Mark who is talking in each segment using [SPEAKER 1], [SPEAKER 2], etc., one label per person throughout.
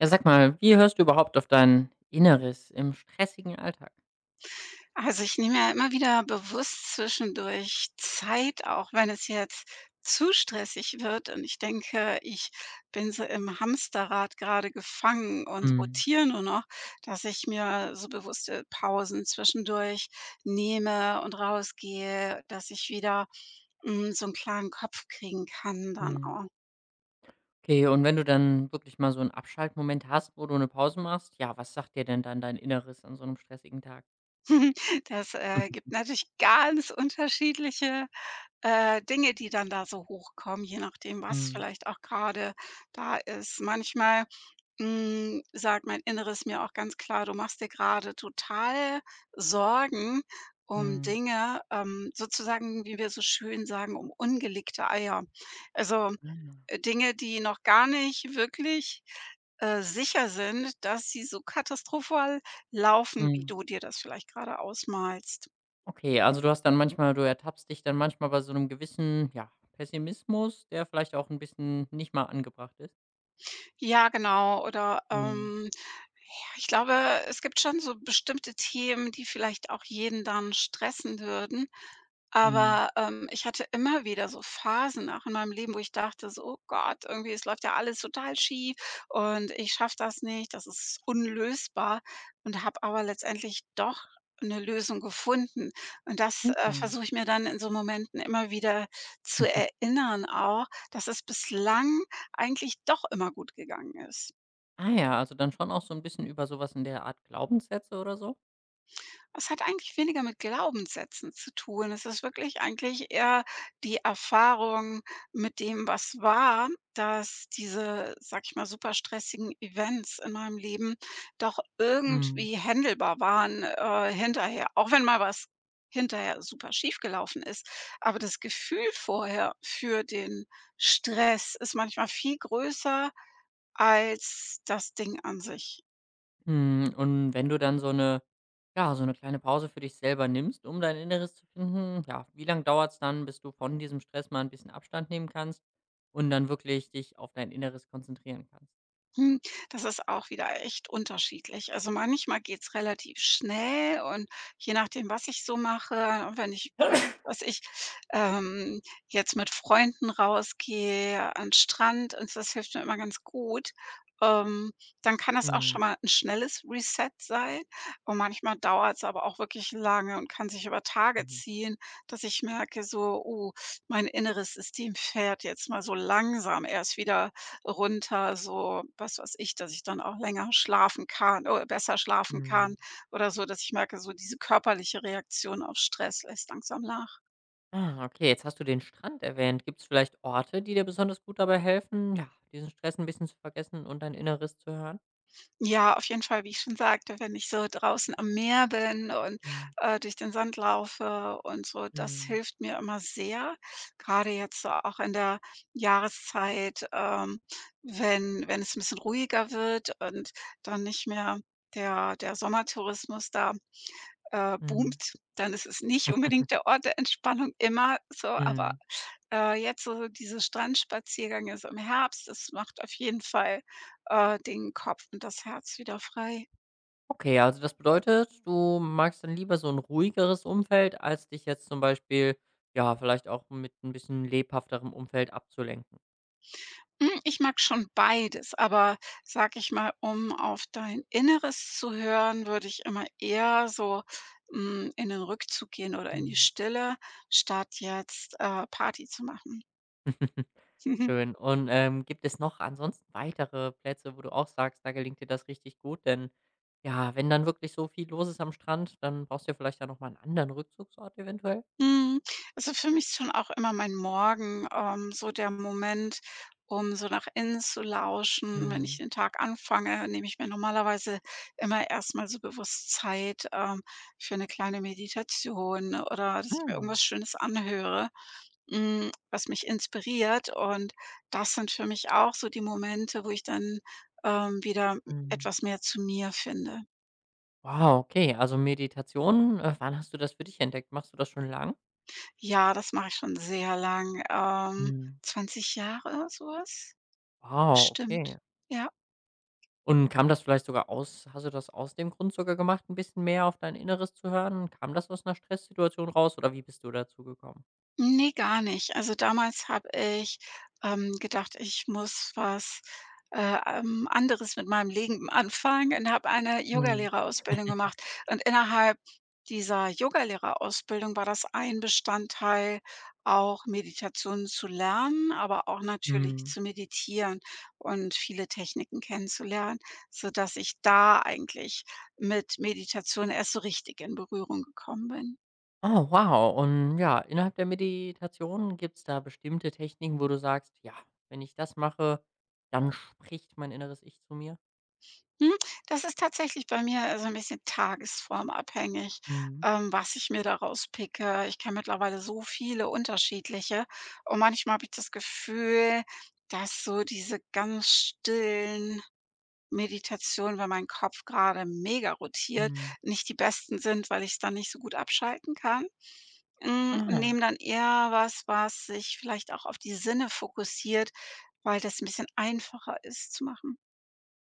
[SPEAKER 1] Ja, sag mal, wie hörst du überhaupt auf dein Inneres im stressigen Alltag?
[SPEAKER 2] Also, ich nehme ja immer wieder bewusst zwischendurch Zeit, auch wenn es jetzt zu stressig wird und ich denke, ich bin so im Hamsterrad gerade gefangen und
[SPEAKER 1] Mhm.
[SPEAKER 2] rotiere nur noch, dass ich mir so bewusste Pausen zwischendurch nehme und rausgehe, dass ich wieder, so einen klaren Kopf kriegen kann dann
[SPEAKER 1] Mhm.
[SPEAKER 2] auch.
[SPEAKER 1] Okay, und wenn du dann wirklich mal so 'n Abschaltmoment hast, wo du 'ne Pause machst, ja, was sagt dir denn dann dein Inneres an so 'nem stressigen Tag?
[SPEAKER 2] Das, gibt natürlich ganz unterschiedliche Dinge, die dann da so hochkommen, je nachdem, was
[SPEAKER 1] Mhm.
[SPEAKER 2] vielleicht auch gerade da ist. Manchmal, sagt mein Inneres mir auch ganz klar: „Du machst dir gerade total Sorgen um
[SPEAKER 1] Mhm.
[SPEAKER 2] Dinge", sozusagen, wie wir so schön sagen, um ungelegte Eier. Also,
[SPEAKER 1] Ah, ja.
[SPEAKER 2] Dinge, die noch gar nicht wirklich, sicher sind, dass sie so katastrophal laufen, wie
[SPEAKER 1] Mhm.
[SPEAKER 2] du dir das vielleicht gerade ausmalst.
[SPEAKER 1] Okay, also du ertappst dich dann manchmal bei so 'nem gewissen, ja, Pessimismus, der vielleicht auch 'n bisschen nicht mal angebracht ist?
[SPEAKER 2] Ja, genau. Oder,
[SPEAKER 1] Mhm.
[SPEAKER 2] ja, ich glaube, es gibt schon so bestimmte Themen, die vielleicht auch jeden dann stressen würden.
[SPEAKER 1] Mhm.
[SPEAKER 2] Aber, ich hatte immer wieder so Phasen auch in meinem Leben, wo ich dachte so: „Oh Gott, irgendwie es läuft ja alles total schief und ich schaffe das nicht, das ist unlösbar." Und habe aber letztendlich doch eine Lösung gefunden. Und das,
[SPEAKER 1] Mhm.
[SPEAKER 2] versuche ich mir dann in so Momenten immer wieder zu erinnern auch, dass es bislang eigentlich doch immer gut gegangen ist.
[SPEAKER 1] Ah ja, also dann schon auch so 'n bisschen über so was in der Art Glaubenssätze oder so?
[SPEAKER 2] Es hat eigentlich weniger mit Glaubenssätzen zu tun. Es ist wirklich eigentlich eher die Erfahrung mit dem, was war, dass diese, sag ich mal, super stressigen Events in meinem Leben doch
[SPEAKER 1] Mhm.
[SPEAKER 2] irgendwie händelbar waren, hinterher. Auch wenn mal was hinterher super schief gelaufen ist. Aber das Gefühl vorher für den Stress ist manchmal viel größer als das Ding an sich.
[SPEAKER 1] Mhm, und wenn du dann so eine, ja, so eine kleine Pause für dich selber nimmst, um dein Inneres zu finden, ja, wie lang dauert's dann, bis du von diesem Stress mal ein bisschen Abstand nehmen kannst und dann wirklich dich auf dein Inneres konzentrieren kannst?
[SPEAKER 2] Hm, Das ist auch wieder echt unterschiedlich. Also, manchmal geht's relativ schnell und je nachdem, was ich so mache, wenn ich was ich, ähm, jetzt mit Freunden rausgehe an den Strand und so, das hilft mir immer ganz gut, ähm, dann kann das auch schon
[SPEAKER 1] Mhm,
[SPEAKER 2] mal ein schnelles Reset sein und manchmal dauert es aber auch wirklich lange und kann sich über Tage
[SPEAKER 1] mhm,
[SPEAKER 2] ziehen, dass ich merke so: „Oh, mein inneres System fährt jetzt mal so langsam erst wieder runter, so was weiß ich, dass ich dann auch länger schlafen kann oder besser schlafen
[SPEAKER 1] mhm.
[SPEAKER 2] kann oder so, dass ich merke, so diese körperliche Reaktion auf Stress lässt langsam nach."
[SPEAKER 1] Ah, okay, jetzt hast du den Strand erwähnt. Gibt's vielleicht Orte, die dir besonders gut dabei helfen, ja, diesen Stress ein bisschen zu vergessen und dein Inneres zu hören?
[SPEAKER 2] Ja, auf jeden Fall, wie ich schon sagte, wenn ich so draußen am Meer bin und,
[SPEAKER 1] Mhm.
[SPEAKER 2] durch den Sand laufe und so, das
[SPEAKER 1] Mhm,
[SPEAKER 2] hilft mir immer sehr. Gerade jetzt so auch in der Jahreszeit, wenn es ein bisschen ruhiger wird und dann nicht mehr der Sommertourismus da
[SPEAKER 1] mhm,
[SPEAKER 2] boomt, dann ist es nicht unbedingt der Ort der Entspannung immer so, aber,
[SPEAKER 1] mhm.
[SPEAKER 2] jetzt so diese Strandspaziergänge so im Herbst, das macht auf jeden Fall, den Kopf und das Herz wieder frei.
[SPEAKER 1] Okay, also das bedeutet, du magst dann lieber so ein ruhigeres Umfeld, als dich jetzt zum Beispiel, ja, vielleicht auch mit ein bisschen lebhafterem Umfeld abzulenken.
[SPEAKER 2] Ich mag schon beides, aber sage ich mal, um auf dein Inneres zu hören, würde ich immer eher so, in den Rückzug gehen oder in die
[SPEAKER 1] Mhm.
[SPEAKER 2] Stille, statt jetzt, Party zu machen.
[SPEAKER 1] Schön. Und, gibt es noch ansonsten weitere Plätze, wo du auch sagst, da gelingt dir das richtig gut? Denn, ja, wenn dann wirklich so viel los ist am Strand, dann brauchst du ja vielleicht da noch mal 'n anderen Rückzugsort eventuell?
[SPEAKER 2] Mhm. Also, für mich ist schon auch immer mein Morgen, so der Moment, um so nach innen zu lauschen. Wenn ich
[SPEAKER 1] Mhm.
[SPEAKER 2] den Tag anfange, nehme ich mir normalerweise immer erst mal so bewusst Zeit, für eine kleine Meditation oder dass ich mir
[SPEAKER 1] Mhm.
[SPEAKER 2] irgendwas Schönes anhöre, was mich inspiriert. Und das sind für mich auch so die Momente, wo ich dann, wieder
[SPEAKER 1] Mhm.
[SPEAKER 2] etwas mehr zu mir finde.
[SPEAKER 1] Wow, okay, also Meditation, wann hast du das für dich entdeckt? Machst du das schon lang?
[SPEAKER 2] Ja, das mache ich schon sehr lang,
[SPEAKER 1] Mhm.
[SPEAKER 2] 20 Jahre, so was.
[SPEAKER 1] Wow,
[SPEAKER 2] Stimmt.
[SPEAKER 1] okay.
[SPEAKER 2] Ja.
[SPEAKER 1] Und kam das vielleicht sogar aus hast du das aus dem Grund sogar gemacht, ein bisschen mehr auf dein Inneres zu hören? Kam das aus einer Stresssituation raus oder wie bist du dazu gekommen?
[SPEAKER 2] Nee, gar nicht. Also, damals habe ich, gedacht, ich muss was, anderes mit meinem Leben anfangen und habe eine
[SPEAKER 1] Mhm,
[SPEAKER 2] Yogalehrerausbildung gemacht. Und innerhalb dieser Yogalehrerausbildung war das ein Bestandteil, auch Meditationen zu lernen, aber auch natürlich
[SPEAKER 1] mhm.
[SPEAKER 2] zu meditieren und viele Techniken kennenzulernen, sodass ich da eigentlich mit Meditation erst so richtig in Berührung gekommen bin.
[SPEAKER 1] Oh, wow. Und ja, innerhalb der Meditation gibt's da bestimmte Techniken, wo du sagst: „Ja, wenn ich das mache, dann spricht mein inneres Ich zu mir?“
[SPEAKER 2] Hm, Das ist tatsächlich bei mir so ein bisschen tagesformabhängig,
[SPEAKER 1] Mhm,
[SPEAKER 2] was ich mir daraus rauspicke. Ich kenne mittlerweile so viele unterschiedliche und manchmal habe ich das Gefühl, dass so diese ganz stillen Meditationen, wenn mein Kopf gerade mega rotiert,
[SPEAKER 1] mhm.
[SPEAKER 2] nicht die besten sind, weil ich es dann nicht so gut abschalten kann. Und
[SPEAKER 1] Ah,
[SPEAKER 2] nehme dann eher was, was sich vielleicht auch auf die Sinne fokussiert, weil das ein bisschen einfacher ist zu machen.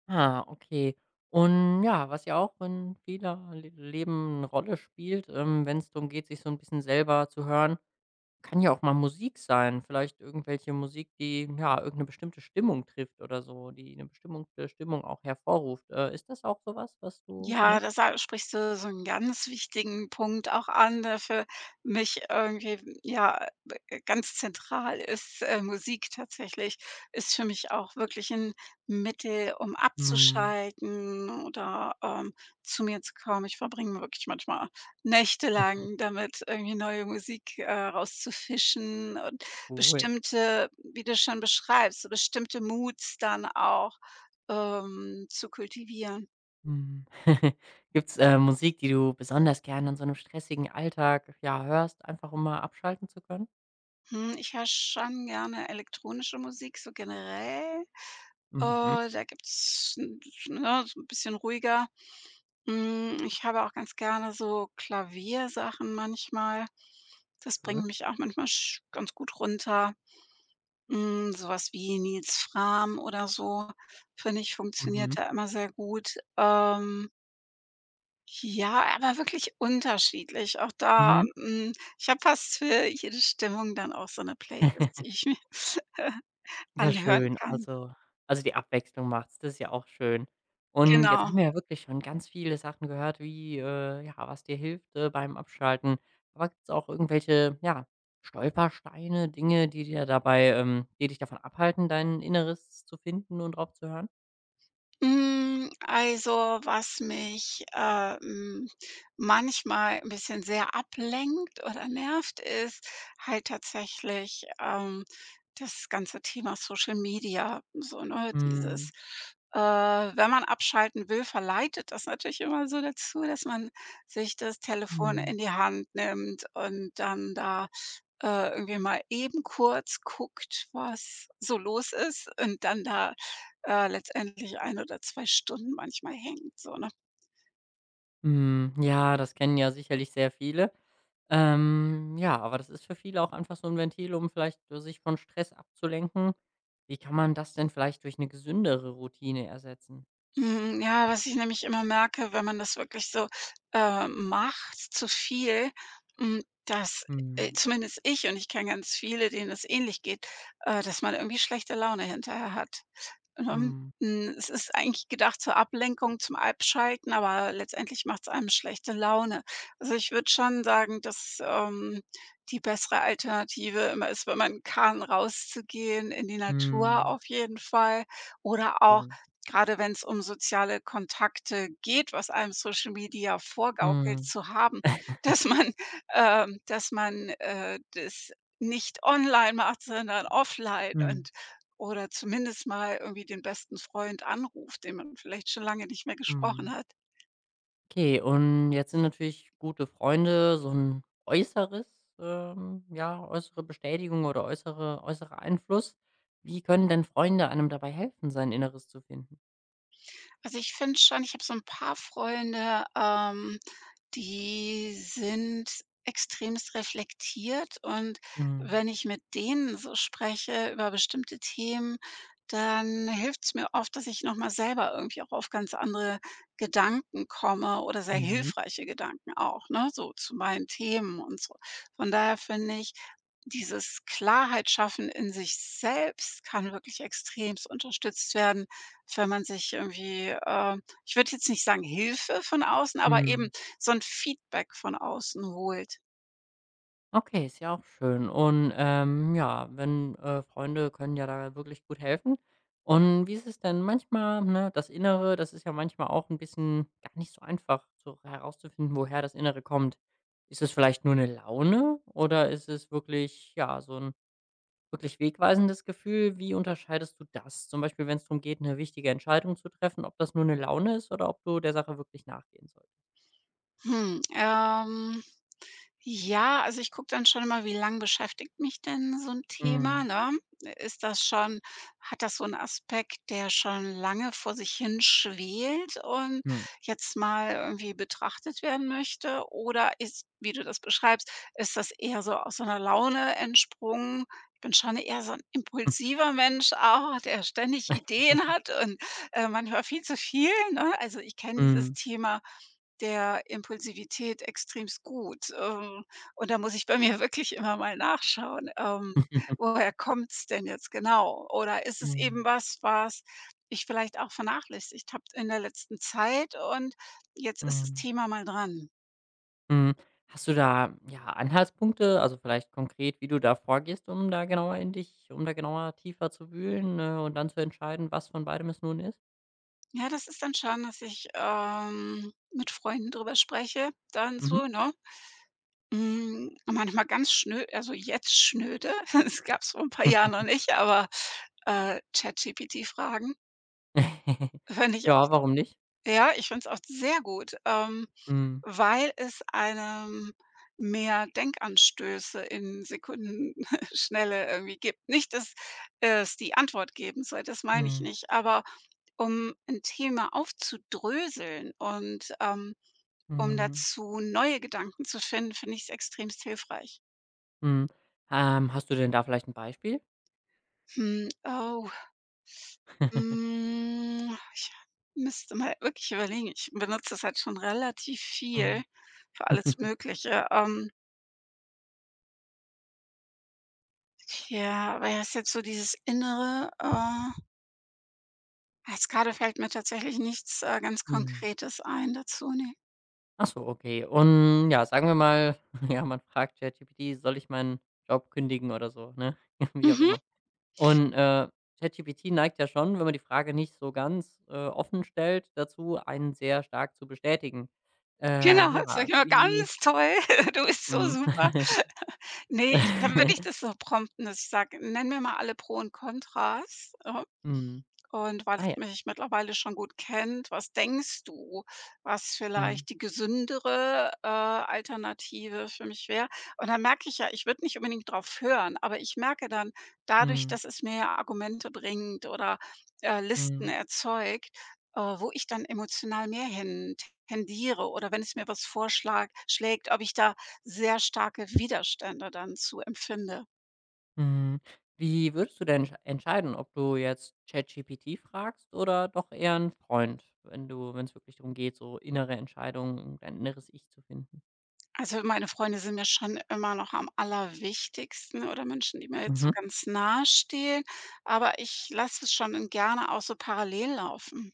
[SPEAKER 1] ah, okay. Und ja, was ja auch in vieler Le Leben eine Rolle spielt, wenn es darum geht, sich so ein bisschen selber zu hören. Kann ja auch mal Musik sein, vielleicht irgendwelche Musik, die, ja, irgendeine bestimmte Stimmung trifft oder so, die eine bestimmte Stimmung auch hervorruft. Ist das auch so was, was du
[SPEAKER 2] Ja,
[SPEAKER 1] benutzt?
[SPEAKER 2] das sa sprichst du so einen ganz wichtigen Punkt auch an, der für mich irgendwie, ja, ganz zentral ist. Musik tatsächlich ist für mich auch wirklich ein Mittel, um
[SPEAKER 1] Mhm,
[SPEAKER 2] abzuschalten oder, zu mir zu kommen. Ich verbringe wirklich manchmal nächtelang damit, irgendwie neue Musik, rauszufischen und
[SPEAKER 1] cool.
[SPEAKER 2] bestimmte wie du schon beschreibst, so bestimmte Moods dann auch, zu kultivieren.
[SPEAKER 1] Mhm. Gibt's, Musik, die du besonders gern in so einem stressigen Alltag, ja, hörst, einfach um mal abschalten zu können?
[SPEAKER 2] Ich höre schon gerne elektronische Musik, so generell.
[SPEAKER 1] Mhm,
[SPEAKER 2] Da gibt's 'n ne, so 'n bisschen ruhiger. Ich habe auch ganz gerne so Klaviersachen manchmal. Das bringt
[SPEAKER 1] schön.
[SPEAKER 2] mich auch manchmal sch ganz gut runter. So was wie Nils Frahm oder so, finde ich, funktioniert
[SPEAKER 1] Mhm,
[SPEAKER 2] da immer sehr gut. Ja, aber wirklich unterschiedlich. Auch da,
[SPEAKER 1] mhm.
[SPEAKER 2] ich habe fast für jede Stimmung dann auch so eine Playlist, die ich mir
[SPEAKER 1] Ja,
[SPEAKER 2] anhören
[SPEAKER 1] schön.
[SPEAKER 2] kann.
[SPEAKER 1] Also, die Abwechslung macht's, das ist ja auch schön. Und jetzt
[SPEAKER 2] Genau.
[SPEAKER 1] haben wir ja wirklich schon ganz viele Sachen gehört, wie, ja, was dir hilft, beim Abschalten. Aber gibt es auch irgendwelche, ja, Stolpersteine, Dinge, die dir dabei die dich davon abhalten, dein Inneres zu finden und drauf zu hören?
[SPEAKER 2] Also, was mich, manchmal ein bisschen sehr ablenkt oder nervt, ist halt tatsächlich, das ganze Thema Social Media, so, ne? Dieses,
[SPEAKER 1] Mhm.
[SPEAKER 2] wenn man abschalten will, verleitet das natürlich immer so dazu, dass man sich das Telefon
[SPEAKER 1] Mhm.
[SPEAKER 2] in die Hand nimmt und dann da, irgendwie mal eben kurz guckt, was so los ist und dann da letztendlich 1 oder 2 Stunden manchmal hängt, so, ne?
[SPEAKER 1] Mhm. Ja, das kennen ja sicherlich sehr viele. Ja, aber das ist für viele auch einfach so ein Ventil, um vielleicht, sich von Stress abzulenken. Wie kann man das denn vielleicht durch eine gesündere Routine ersetzen?
[SPEAKER 2] Mhm. Ja, was ich nämlich immer merke, wenn man das wirklich so, macht, zu viel, dass,
[SPEAKER 1] Mhm.
[SPEAKER 2] zumindest ich und ich kenne ganz viele, denen es ähnlich geht, dass man irgendwie schlechte Laune hinterher hat. Mhm.
[SPEAKER 1] Mhm.
[SPEAKER 2] Es ist eigentlich gedacht zur Ablenkung, zum Abschalten, aber letztendlich macht es einem schlechte Laune. Also, ich würde schon sagen, dass, die bessere Alternative immer ist, wenn man kann, rauszugehen in die Natur
[SPEAKER 1] Mhm.
[SPEAKER 2] auf jeden Fall oder auch
[SPEAKER 1] Schön.
[SPEAKER 2] gerade wenn es um soziale Kontakte geht, was einem Social Media vorgaukelt
[SPEAKER 1] Mhm.
[SPEAKER 2] zu haben, dass man dass man, das nicht online macht, sondern offline und
[SPEAKER 1] Mhm.
[SPEAKER 2] oder zumindest mal irgendwie den besten Freund anruft, den man vielleicht schon lange nicht mehr gesprochen
[SPEAKER 1] Mhm.
[SPEAKER 2] hat.
[SPEAKER 1] Okay, und jetzt sind natürlich gute Freunde so ein äußeres ja, äußere Bestätigung oder äußerer Einfluss. Wie können denn Freunde einem dabei helfen, sein Inneres zu finden?
[SPEAKER 2] Also, ich finde schon, ich habe so ein paar Freunde, die sind extremst reflektiert und
[SPEAKER 1] Mhm.
[SPEAKER 2] wenn ich mit denen so spreche über bestimmte Themen, dann hilft es mir oft, dass ich noch mal selber irgendwie auch auf ganz andere Gedanken komme oder sehr
[SPEAKER 1] Mhm.
[SPEAKER 2] hilfreiche Gedanken auch, ne, so zu meinen Themen und so. Von daher finde ich, dieses Klarheit schaffen in sich selbst kann wirklich extremst unterstützt werden wenn man sich irgendwie, ich würde jetzt nicht sagen Hilfe von außen, aber eben
[SPEAKER 1] Mhm.
[SPEAKER 2] so 'n Feedback von außen holt.
[SPEAKER 1] Okay, ist ja auch schön. Und, ja, wenn Freunde können ja da wirklich gut helfen. Und wie ist es denn manchmal, ne, das Innere, das ist ja manchmal auch ein bisschen gar nicht so einfach so herauszufinden, woher das Innere kommt. Ist es vielleicht nur eine Laune oder ist es wirklich, ja, so ein wirklich wegweisendes Gefühl? Wie unterscheidest du das? Zum Beispiel, wenn es darum geht, eine wichtige Entscheidung zu treffen, ob das nur eine Laune ist oder ob du der Sache wirklich nachgehen sollst?
[SPEAKER 2] Hm, ähm Ja, also ich gucke dann schon immer, wie lang beschäftigt mich denn so 'n Thema,
[SPEAKER 1] Mhm.
[SPEAKER 2] ne? Ist das schon hat das so 'n Aspekt, der schon lange vor sich hin schwelt und
[SPEAKER 1] Mhm.
[SPEAKER 2] jetzt mal irgendwie betrachtet werden möchte? Oder ist, wie du das beschreibst, ist das eher so aus so 'ner Laune entsprungen? Ich bin schon eher so 'n impulsiver Mensch auch, der ständig Ideen hat und, manchmal viel zu viel, ne? Also, ich kenne dieses
[SPEAKER 1] Mhm.
[SPEAKER 2] Thema der Impulsivität extremst gut. Und da muss ich bei mir wirklich immer mal nachschauen,
[SPEAKER 1] Mhm.
[SPEAKER 2] woher kommt's denn jetzt genau? Oder ist es eben
[SPEAKER 1] Mhm.
[SPEAKER 2] was, was ich vielleicht auch vernachlässigt habe in der letzten Zeit und jetzt ist das Thema mal dran.
[SPEAKER 1] Hm, hast du da, ja, Anhaltspunkte, also, vielleicht konkret, wie du da vorgehst, um da genauer tiefer zu wühlen, und dann zu entscheiden, was von beidem es nun ist?
[SPEAKER 2] Ja, das ist dann schon, dass ich, mit Freunden drüber spreche, dann
[SPEAKER 1] Mhm.
[SPEAKER 2] so, ne? Manchmal ganz schnö also jetzt schnöde, das gab's vor ein paar Jahren noch nicht, aber, ChatGPT fragen, fände ich.
[SPEAKER 1] Ja, warum nicht?
[SPEAKER 2] Ja, ich finde es auch sehr gut,
[SPEAKER 1] Mhm.
[SPEAKER 2] weil es einem mehr Denkanstöße in Sekundenschnelle irgendwie gibt. Nicht, dass es die Antwort geben soll, das meine ich
[SPEAKER 1] Mhm.
[SPEAKER 2] nicht, aber um ein Thema aufzudröseln und, um
[SPEAKER 1] Mhm.
[SPEAKER 2] dazu neue Gedanken zu finden, finde ich's extremst hilfreich.
[SPEAKER 1] Mhm. Hast du denn da vielleicht ein Beispiel?
[SPEAKER 2] Hm, oh, hm, ich müsste mal wirklich überlegen. Ich benutze das halt schon relativ
[SPEAKER 1] Mhm.
[SPEAKER 2] viel für alles Mögliche. Ja, aber ja, ist jetzt so dieses Innere, jetzt grade fällt mir tatsächlich nichts, ganz
[SPEAKER 1] Mhm.
[SPEAKER 2] Konkretes ein dazu, ne.
[SPEAKER 1] Ach so, okay. Und ja, sagen wir mal, ja, man fragt ChatGPT: „Soll ich meinen Job kündigen?“ oder so, ne? Wie auch
[SPEAKER 2] Mhm,
[SPEAKER 1] immer. Und, ChatGPT neigt ja schon, wenn man die Frage nicht so ganz, offen stellt, dazu, einen sehr stark zu bestätigen.
[SPEAKER 2] genau, sag
[SPEAKER 1] Ja,
[SPEAKER 2] ich immer:
[SPEAKER 1] wie
[SPEAKER 2] „Ganz toll, du bist so
[SPEAKER 1] mhm.
[SPEAKER 2] super." Ne, ich dann würde
[SPEAKER 1] Mhm.
[SPEAKER 2] ich das so prompten, dass ich sage: „Nenn mir mal alle Pro und Kontras." Und weil
[SPEAKER 1] Ah
[SPEAKER 2] es
[SPEAKER 1] ja.
[SPEAKER 2] mich mittlerweile schon gut kennt, was denkst du, was
[SPEAKER 1] Mhm.
[SPEAKER 2] vielleicht die gesündere, Alternative für mich wäre? Und dann merke ich ja, ich würde nicht unbedingt drauf hören, aber ich merke dann dadurch,
[SPEAKER 1] Mhm.
[SPEAKER 2] dass es mir ja Argumente bringt oder, Listen
[SPEAKER 1] Mhm.
[SPEAKER 2] erzeugt, wo ich dann emotional mehr hin tendiere oder wenn es mir was vorschlägt, schlägt, ob ich da sehr starke Widerstände dann zu empfinde.
[SPEAKER 1] Mhm. Wie würdest du denn entscheiden, ob du jetzt ChatGPT fragst oder doch eher einen Freund, wenn es wirklich darum geht, so innere Entscheidungen, dein inneres Ich zu finden?
[SPEAKER 2] Also, meine Freunde sind mir schon immer noch am allerwichtigsten oder Menschen, die mir jetzt so
[SPEAKER 1] Mhm.
[SPEAKER 2] ganz nahe stehen, aber ich lasse es schon gerne auch so parallel laufen.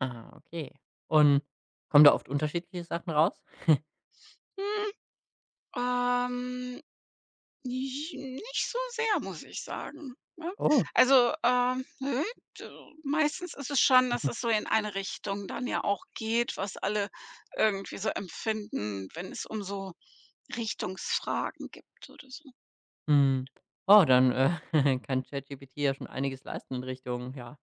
[SPEAKER 1] Ah, okay. Und kommen da oft unterschiedliche Sachen raus?
[SPEAKER 2] Hm, ähm, nicht so sehr, muss ich sagen, ne?
[SPEAKER 1] Oh.
[SPEAKER 2] Also, nö, d meistens ist es schon, dass es so in eine Richtung dann ja auch geht, was alle irgendwie so empfinden, wenn es um so Richtungsfragen gibt oder so.
[SPEAKER 1] Mhm. Oh, dann, kann ChatGPT ja schon einiges leisten in Richtung,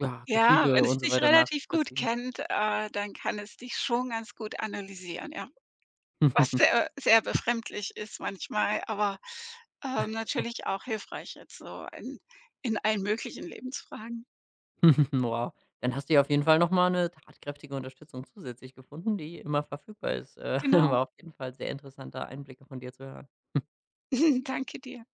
[SPEAKER 1] ja,
[SPEAKER 2] Ja, wenn
[SPEAKER 1] Gefühle
[SPEAKER 2] es
[SPEAKER 1] und so
[SPEAKER 2] dich
[SPEAKER 1] weiter
[SPEAKER 2] relativ gut
[SPEAKER 1] nachvollziehen.
[SPEAKER 2] kennt, dann kann es dich schon ganz gut analysieren, ja. Was sehr sehr befremdlich ist manchmal, aber, natürlich auch hilfreich jetzt so in allen möglichen Lebensfragen.
[SPEAKER 1] Wow. Dann hast du ja auf jeden Fall noch mal 'ne tatkräftige Unterstützung zusätzlich gefunden, die immer verfügbar ist.
[SPEAKER 2] Genau.
[SPEAKER 1] War auf jeden Fall sehr interessanter Einblicke von dir zu hören.
[SPEAKER 2] Danke dir.